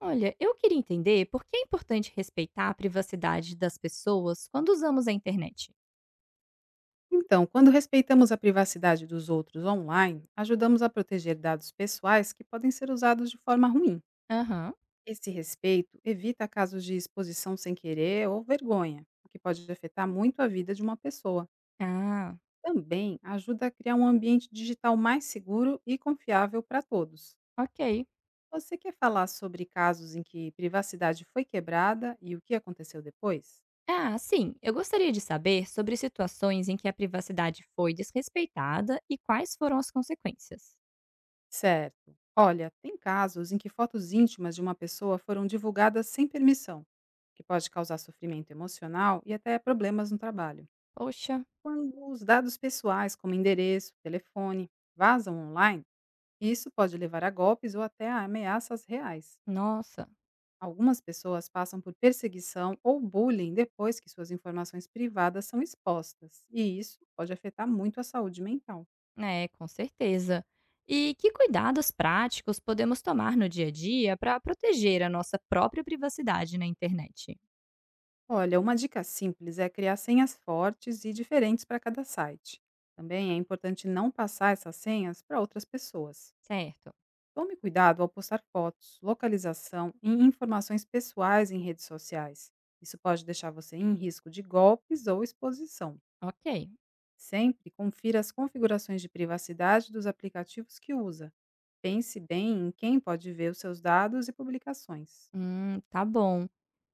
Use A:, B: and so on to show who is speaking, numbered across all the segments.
A: Olha, eu queria entender por que é importante respeitar a privacidade das pessoas quando usamos a internet.
B: Então, quando respeitamos a privacidade dos outros online, ajudamos a proteger dados pessoais que podem ser usados de forma ruim.
A: Aham.
B: Esse respeito evita casos de exposição sem querer ou vergonha, o que pode afetar muito a vida de uma pessoa.
A: Ah,
B: Também ajuda a criar um ambiente digital mais seguro e confiável para todos.
A: ok.
B: Você quer falar sobre casos em que privacidade foi quebrada e o que aconteceu depois?
A: Ah, sim. Eu gostaria de saber sobre situações em que a privacidade foi desrespeitada e quais foram as consequências.
B: Certo. Olha, tem casos em que fotos íntimas de uma pessoa foram divulgadas sem permissão, o que pode causar sofrimento emocional e até problemas no trabalho.
A: Poxa,
B: Quando os dados pessoais, como endereço, telefone, vazam online, isso pode levar a golpes ou até a ameaças reais.
A: nossa.
B: Algumas pessoas passam por perseguição ou bullying depois que suas informações privadas são expostas, e isso pode afetar muito a saúde mental.
A: É, com certeza. E que cuidados práticos podemos tomar no dia a dia para proteger a nossa própria privacidade na internet?
B: Olha, uma dica simples é criar senhas fortes e diferentes para cada site. Também é importante não passar essas senhas para outras pessoas.
A: Certo.
B: Tome cuidado ao postar fotos, localização e informações pessoais em redes sociais. Isso pode deixar você em risco de golpes ou exposição.
A: Ok.
B: Sempre confira as configurações de privacidade dos aplicativos que usa. Pense bem em quem pode ver os seus dados e publicações.
A: Tá bom.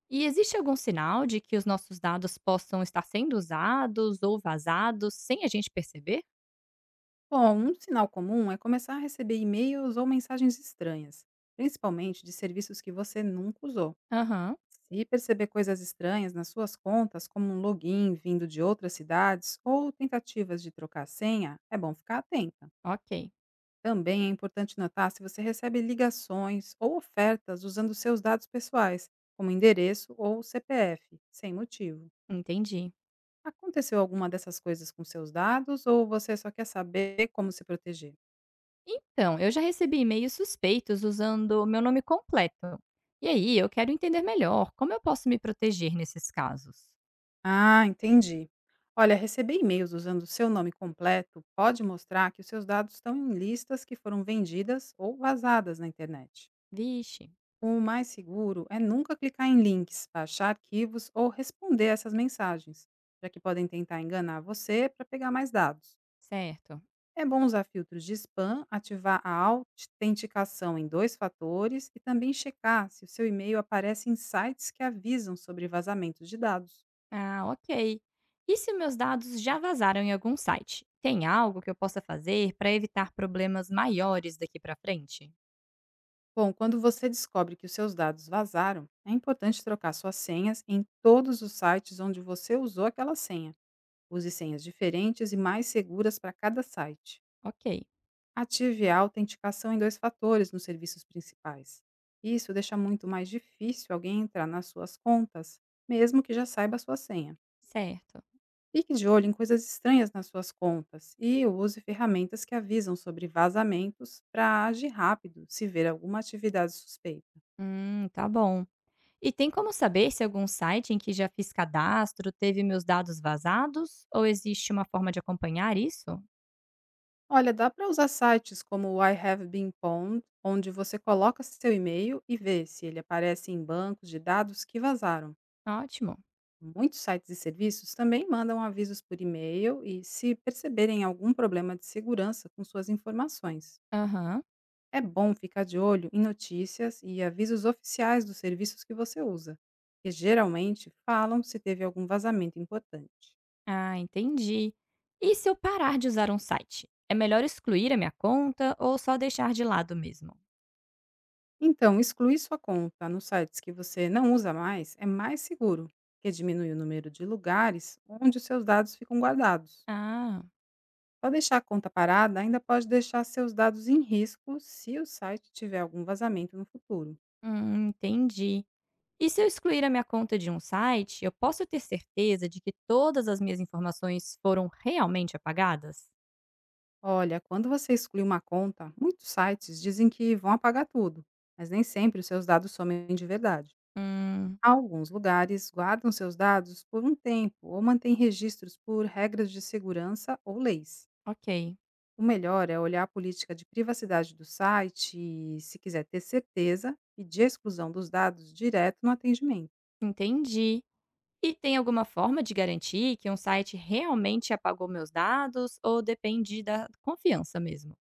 A: E existe algum sinal de que os nossos dados possam estar sendo usados ou vazados sem a gente perceber?
B: Bom, um sinal comum é começar a receber e-mails ou mensagens estranhas, principalmente de serviços que você nunca usou.
A: Aham,
B: Se perceber coisas estranhas nas suas contas, como um login vindo de outras cidades ou tentativas de trocar a senha, é bom ficar atenta.
A: ok,
B: Também é importante notar se você recebe ligações ou ofertas usando seus dados pessoais, como endereço ou CPF, sem motivo.
A: entendi.
B: Aconteceu alguma dessas coisas com seus dados ou você só quer saber como se proteger?
A: Então, eu já recebi e-mails suspeitos usando o meu nome completo. E aí, eu quero entender melhor como eu posso me proteger nesses casos.
B: Ah, entendi. Olha, receber e-mails usando o seu nome completo pode mostrar que os seus dados estão em listas que foram vendidas ou vazadas na internet.
A: Vixe,
B: O mais seguro é nunca clicar em links, baixar arquivos ou responder essas mensagens, já que podem tentar enganar você para pegar mais dados.
A: certo.
B: É bom usar filtros de spam, ativar a autenticação em dois fatores e também checar se o seu e-mail aparece em sites que avisam sobre vazamentos de dados.
A: Ah, ok. E se meus dados já vazaram em algum site? Tem algo que eu possa fazer para evitar problemas maiores daqui para frente?
B: Bom, quando você descobre que os seus dados vazaram, é importante trocar suas senhas em todos os sites onde você usou aquela senha. Use senhas diferentes e mais seguras para cada site.
A: Ok,
B: Ative a autenticação em dois fatores nos serviços principais. Isso deixa muito mais difícil alguém entrar nas suas contas, mesmo que já saiba a sua senha.
A: certo.
B: Fique de olho em coisas estranhas nas suas contas e use ferramentas que avisam sobre vazamentos para agir rápido se ver alguma atividade suspeita.
A: Tá bom. E tem como saber se algum site em que já fiz cadastro teve meus dados vazados? Ou existe uma forma de acompanhar isso?
B: Olha, dá para usar sites como o I Have Been Pwned, onde você coloca seu e-mail e vê se ele aparece em bancos de dados que vazaram.
A: Ótimo.
B: Muitos sites e serviços também mandam avisos por e-mail e se perceberem algum problema de segurança com suas informações.
A: Aham.
B: É bom ficar de olho em notícias e avisos oficiais dos serviços que você usa, que geralmente falam se teve algum vazamento importante.
A: Ah, entendi. E se eu parar de usar um site? É melhor excluir a minha conta ou só deixar de lado mesmo?
B: Então, excluir sua conta nos sites que você não usa mais é mais seguro, porque diminui o número de lugares onde os seus dados ficam guardados.
A: Ah,
B: Só deixar a conta parada ainda pode deixar seus dados em risco se o site tiver algum vazamento no futuro.
A: entendi. E se eu excluir a minha conta de um site, eu posso ter certeza de que todas as minhas informações foram realmente apagadas?
B: Olha, quando você exclui uma conta, muitos sites dizem que vão apagar tudo, mas nem sempre os seus dados somem de verdade.
A: Hum,
B: Alguns lugares guardam seus dados por um tempo ou mantêm registros por regras de segurança ou leis.
A: ok.
B: O melhor é olhar a política de privacidade do site e, se quiser ter certeza, pedir a exclusão dos dados direto no atendimento.
A: Entendi. E tem alguma forma de garantir que um site realmente apagou meus dados ou depende da confiança mesmo?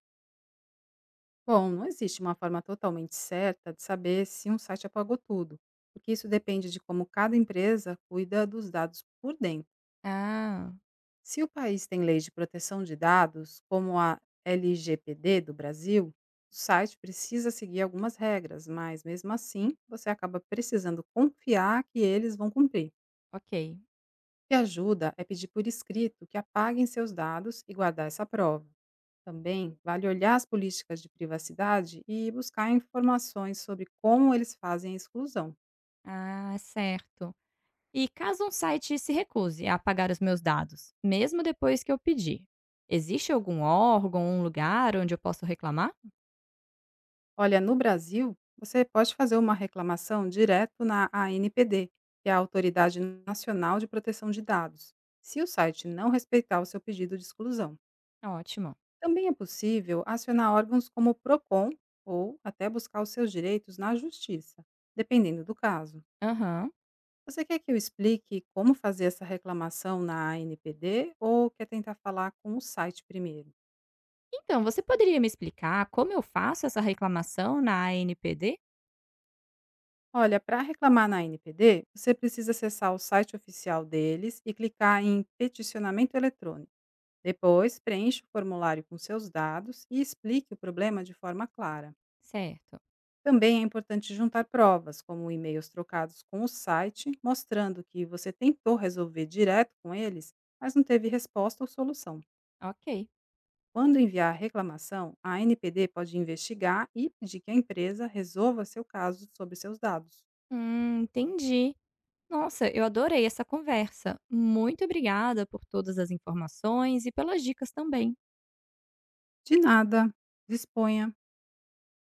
B: Bom, não existe uma forma totalmente certa de saber se um site apagou tudo, porque isso depende de como cada empresa cuida dos dados por dentro.
A: Ah,
B: Se o país tem leis de proteção de dados, como a LGPD do Brasil, o site precisa seguir algumas regras, mas mesmo assim você acaba precisando confiar que eles vão cumprir.
A: ok.
B: O que ajuda é pedir por escrito que apaguem seus dados e guardar essa prova. Também vale olhar as políticas de privacidade e buscar informações sobre como eles fazem a exclusão.
A: Ah, certo. E caso um site se recuse a apagar os meus dados, mesmo depois que eu pedi, existe algum órgão, um lugar onde eu posso reclamar?
B: Olha, no Brasil, você pode fazer uma reclamação direto na ANPD, que é a Autoridade Nacional de Proteção de Dados, se o site não respeitar o seu pedido de exclusão.
A: Ótimo.
B: Também é possível acionar órgãos como o PROCON ou até buscar os seus direitos na justiça, dependendo do caso.
A: Aham.
B: Você quer que eu explique como fazer essa reclamação na ANPD ou quer tentar falar com o site primeiro?
A: Então, você poderia me explicar como eu faço essa reclamação na ANPD?
B: Olha, para reclamar na ANPD, você precisa acessar o site oficial deles e clicar em peticionamento eletrônico. Depois, preencha o formulário com seus dados e explique o problema de forma clara.
A: Certo.
B: Também é importante juntar provas, como e-mails trocados com o site, mostrando que você tentou resolver direto com eles, mas não teve resposta ou solução.
A: Ok.
B: Quando enviar a reclamação, a NPD pode investigar e pedir que a empresa resolva seu caso sobre seus dados.
A: Entendi. Nossa, eu adorei essa conversa. Muito obrigada por todas as informações e pelas dicas também.
B: De nada, disponha.